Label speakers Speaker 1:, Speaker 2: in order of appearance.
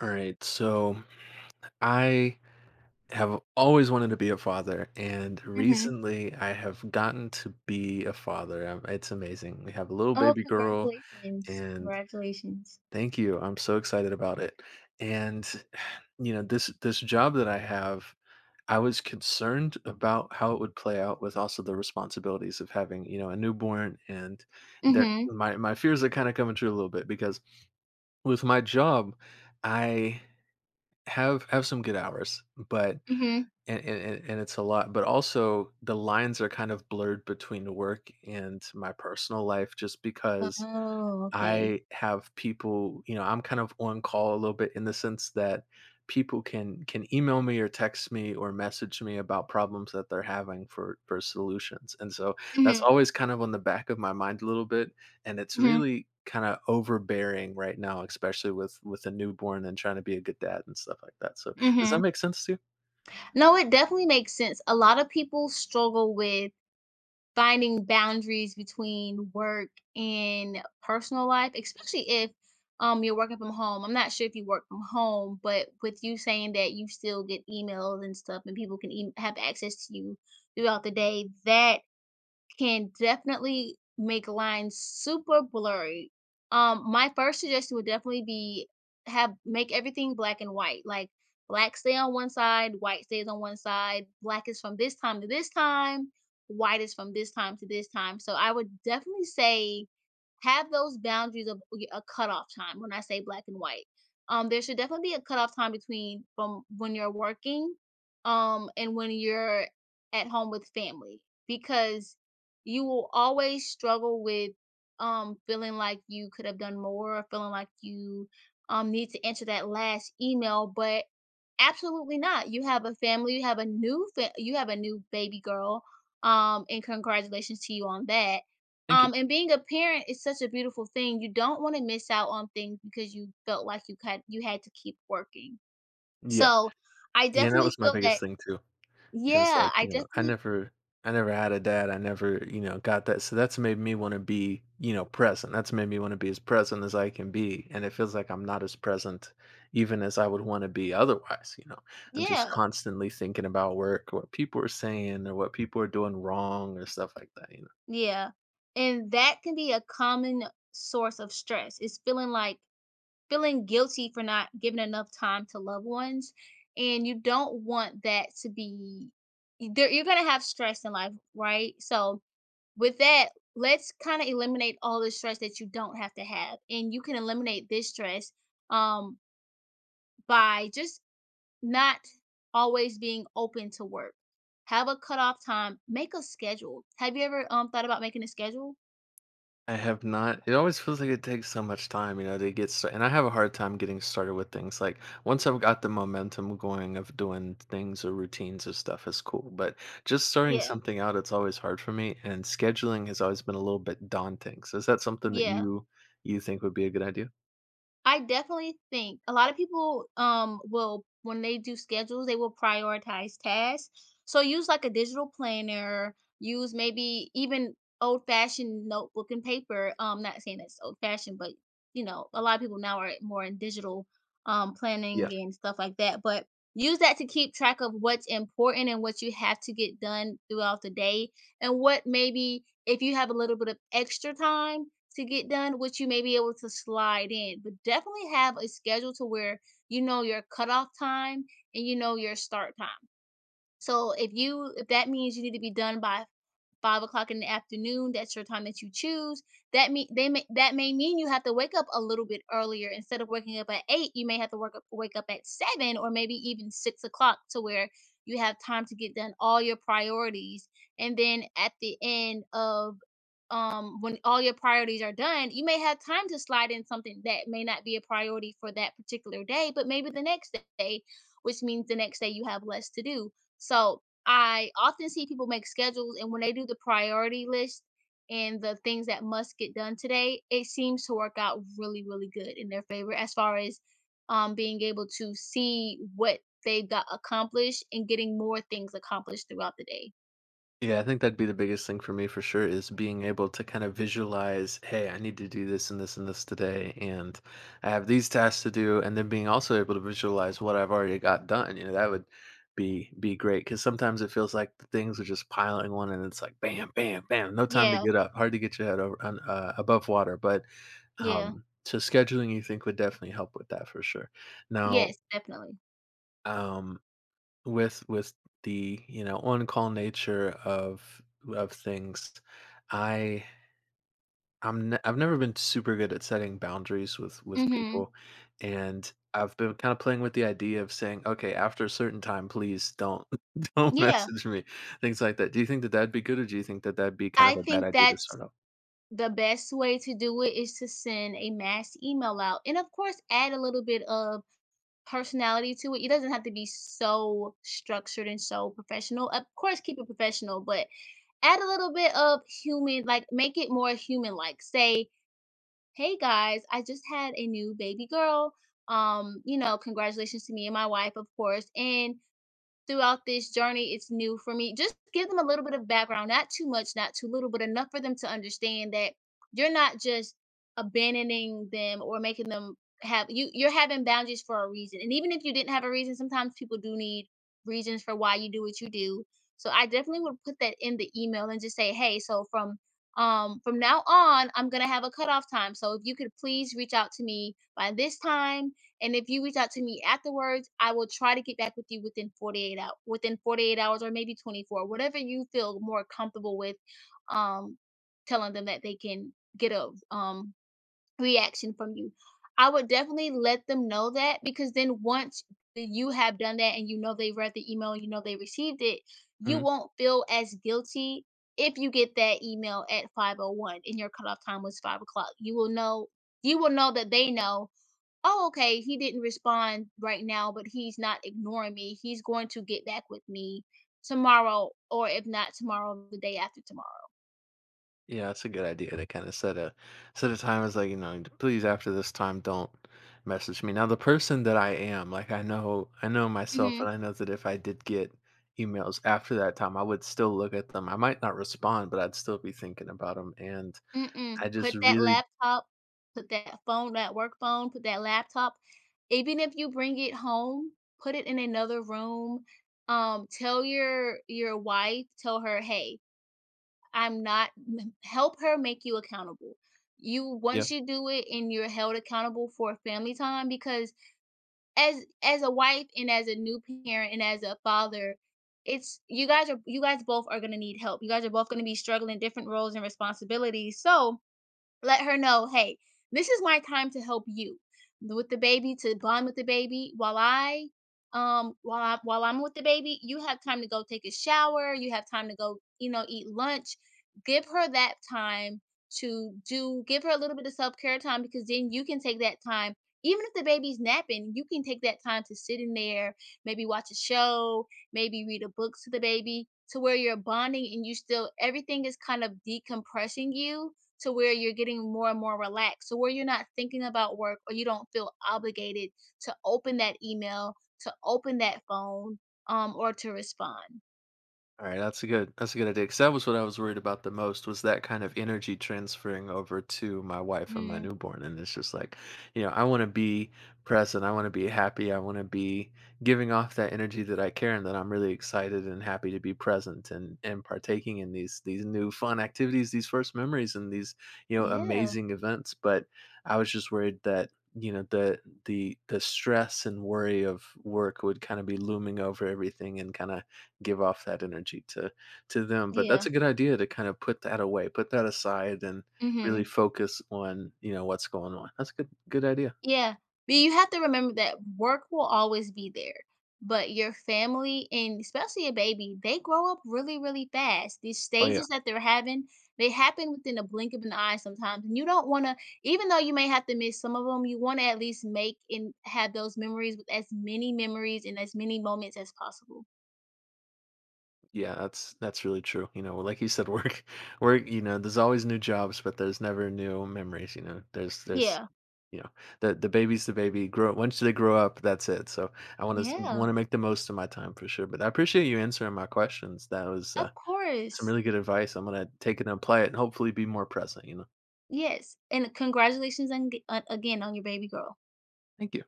Speaker 1: All right, so I have always wanted to be a father, and
Speaker 2: Mhm.
Speaker 1: recently I have gotten to be a father. It's amazing. We have a little
Speaker 2: Oh,
Speaker 1: baby girl,
Speaker 2: congratulations,
Speaker 1: and
Speaker 2: congratulations.
Speaker 1: thank you. I'm so excited about it. And you know, this job that I have, I was concerned about how it would play out with also the responsibilities of having, you know, a newborn, and there
Speaker 2: Mhm,
Speaker 1: my fears are kind of coming true a little bit because with my job, I have some good hours, but.
Speaker 2: mhm.
Speaker 1: And it's a lot, but also the lines are kind of blurred between work and my personal life just because
Speaker 2: Oh, okay.
Speaker 1: I have people, you know, I'm kind of on call a little bit in the sense that people can email me or text me or message me about problems that they're having for solutions. And so that's
Speaker 2: Mhm,
Speaker 1: always kind of on the back of my mind a little bit, and it's
Speaker 2: mhm,
Speaker 1: really kinda overbearing right now, especially with a newborn and trying to be a good dad and stuff like that. So, does that
Speaker 2: mhm.
Speaker 1: make sense to you?
Speaker 2: No, it definitely makes sense. A lot of people struggle with finding boundaries between work and personal life, especially if, you're working from home. I'm not sure if you work from home, but with you saying that you still get emails and stuff and people can have access to you throughout the day, that can definitely make lines super blurry. My first suggestion would definitely be have make everything black and white. Like black stay on one side, white stays on one side, black is from this time to this time, white is from this time to this time. So I would definitely say have those boundaries of a cutoff time when I say black and white. There should definitely be a cutoff time between from when you're working and when you're at home with family because you will always struggle with feeling like you could have done more or feeling like you need to answer that last email, but absolutely not. You have a family, you have a new you have a new baby girl, and congratulations to you on that,
Speaker 1: Thank you.
Speaker 2: and being a parent is such a beautiful thing. You don't want to miss out on things because you felt like you had to keep working.
Speaker 1: Yeah.
Speaker 2: So I
Speaker 1: Yeah, that
Speaker 2: definitely
Speaker 1: was my
Speaker 2: feel
Speaker 1: biggest
Speaker 2: that.
Speaker 1: thing too. It was
Speaker 2: Yeah,
Speaker 1: like,
Speaker 2: I
Speaker 1: you know,
Speaker 2: definitely.
Speaker 1: I never had a dad, I never, you know, got that, so that's made me wanna be, you know, present, that's made me wanna be as present as I can be, and it feels like I'm not as present even as I would wanna be otherwise, you know? I'm just
Speaker 2: Yeah.
Speaker 1: constantly thinking about work, what people are saying, or what people are doing wrong, or stuff like that, you know?
Speaker 2: Yeah. And that can be a common source of stress. It's feeling guilty for not giving enough time to loved ones. And you don't want that to be. There, you're gonna have stress in life, right? So with that, let's kind of eliminate all the stress that you don't have to have. And you can eliminate this stress um by just not always being open to work. Have a cutoff time, make a schedule. Have you ever thought about making a schedule?
Speaker 1: I have not. It always feels like it takes so much time, you know, to get started. And I have a hard time getting started with things. Like once I've got the momentum going of doing things or routines or stuff is cool. But just starting
Speaker 2: Yeah.
Speaker 1: something out, it's always hard for me. And scheduling has always been a little bit daunting. So is that something that
Speaker 2: Yeah,
Speaker 1: you think would be a good idea?
Speaker 2: I definitely think a lot of people will when they do schedules, they will prioritize tasks. So use like a digital planner, use maybe even old fashioned notebook and paper. Not saying that's old fashioned, but a lot of people now are more in digital
Speaker 1: Yeah.
Speaker 2: planning and stuff like that, but use that to keep track of what's important and what you have to get done throughout the day, and what, maybe if you have a little bit of extra time to get done, what you may be able to slide in. But definitely have a schedule to where you know your cutoff time and you know your start time. So if that means you need to be done by 5 o'clock in the afternoon, that's your time that you choose. That may mean you have to wake up a little bit earlier. Instead of waking up at 8, you may have to wake up at 7 or maybe even 6 o'clock to where you have time to get done all your priorities. And then at the end of, when all your priorities are done, you may have time to slide in something that may not be a priority for that particular day but maybe the next day, which means the next day you have less to do. So I often see people make schedules, and when they do the priority list and the things that must get done today, it seems to work out really, really good in their favor as far as, being able to see what they got accomplished and getting more things accomplished throughout the day.
Speaker 1: Yeah, I think that'd be the biggest thing for me for sure is being able to kind of visualize, hey, I need to do this and this and this today, and I have these tasks to do, and then being also able to visualize what I've already got done. You know, that would be great because sometimes it feels like the things are just piling one, and it's like bam, bam, bam, no time to
Speaker 2: Yeah,
Speaker 1: get up, hard to get your head over above water. But
Speaker 2: yeah,
Speaker 1: so scheduling, you think would definitely help with that for sure. Now,
Speaker 2: yes, definitely.
Speaker 1: um, with the, you know, on-call nature of things, I I'm ne I've never been super good at setting boundaries with
Speaker 2: hmm
Speaker 1: people, and I've been kinda playing with the idea of saying, "Okay, after a certain time, please don't don't
Speaker 2: Yeah,
Speaker 1: message me," things like that. Do you think that that'd be good, or do you think that that'd be kind of
Speaker 2: I
Speaker 1: a bad
Speaker 2: think
Speaker 1: idea to
Speaker 2: that's
Speaker 1: start off?
Speaker 2: the best way to do it is to send a mass email out and of course add a little bit of personality to it. It doesn't have to be so structured and so professional. Of course keep it professional, but add a little bit of human, like make it more human like. Say, "Hey guys, I just had a new baby girl. Congratulations to me and my wife, of course. And throughout this journey, it's new for me." Just give them a little bit of background, not too much, not too little, but enough for them to understand that you're not just abandoning them or making them have you you're having boundaries for a reason. And even if you didn't have a reason, sometimes people do need reasons for why you do what you do. So I definitely would put that in the email and just say, "Hey, so from now on, I'm going to have a cutoff time. So if you could please reach out to me by this time, and if you reach out to me afterwards, I will try to get back with you within 48 hours," within 48 hours or maybe 24, whatever you feel more comfortable with um telling them that they can get a reaction from you. I would definitely let them know that, because then once that you have done that and you know they read the email, you know they received it, you
Speaker 1: Mhm.
Speaker 2: won't feel as guilty if you get that email at 5:01 and your cutoff time was 5 o'clock. You will know that they know, "Oh, okay, he didn't respond right now, but he's not ignoring me. He's going to get back with me tomorrow, or if not tomorrow, the day after tomorrow."
Speaker 1: Yeah, that's a good idea to set a time as like, you know, please after this time don't message me. Now the person that I am, like I know myself and
Speaker 2: Mhm.
Speaker 1: I know that if I did get emails after that time, I would still look at them. I might not respond, but I'd still be thinking about them and
Speaker 2: Mm-mm.
Speaker 1: I just
Speaker 2: Put that
Speaker 1: really
Speaker 2: laptop, put that phone, that work phone, put that laptop, even if you bring it home, put it in another room. Tell your wife, tell her, "Hey, I'm not." Help her make you accountable. You
Speaker 1: yeah.
Speaker 2: once you do it and you're held accountable for family time, because as a wife and as a new parent and as a father, it's you guys both are going to need help. You guys are both going to be struggling different roles and responsibilities. So let her know, "Hey, this is my time to help you with the baby, to bond with the baby, while I while I'm with the baby, you have time to go take a shower, you have time to go, eat lunch." Give her that time to do give her a little bit of self-care time, because then you can take that time, even if the baby's napping, you can take that time to sit in there, maybe watch a show, maybe read a book to the baby, to where you're bonding and you still everything is kind of decompressing you, to where you're getting more and more relaxed. So where you're not thinking about work or you don't feel obligated to open that email, to open that phone, or to respond.
Speaker 1: All right, that's a good idea. Because that was what I was worried about the most was that kind of energy transferring over to my wife and my
Speaker 2: Mhm.
Speaker 1: newborn. And it's just like, you know, I want to be present. I want to be happy. I want to be giving off that energy that I care and that I'm really excited and happy to be present and partaking in these new fun activities, these first memories, and these, you know,
Speaker 2: Yeah.
Speaker 1: amazing events. But I was just worried that, you know, the the stress and worry of work would kind of be looming over everything and kind of give off that energy to them. But that's
Speaker 2: Yeah.
Speaker 1: a good idea to kind of put that away, put that aside and really
Speaker 2: Mhm.
Speaker 1: focus on, you know, what's going on. That's a good idea.
Speaker 2: Yeah, but you have to remember that work will always be there, but your family, and especially a baby, they grow up really, really fast. These
Speaker 1: Oh yeah.
Speaker 2: stages that they're having, they happen within a blink of an eye sometimes, and you don't want to, even though you may have to miss some of them, you want to at least make and have those memories, with as many memories and as many moments as possible.
Speaker 1: Yeah, that's really true. You know, like you said, work work, you know, there's always new jobs, but there's never new memories, you know. There's,
Speaker 2: Yeah,
Speaker 1: you know, the baby. Grow once they grow up, that's it. So I
Speaker 2: yeah,
Speaker 1: want to make the most of my time for sure. But I appreciate you answering my questions. That was
Speaker 2: of
Speaker 1: some
Speaker 2: course.
Speaker 1: really good advice. I'm gonna take it and apply it, and hopefully be more present. You know,
Speaker 2: Yes, and congratulations on, again, on your baby girl.
Speaker 1: thank you.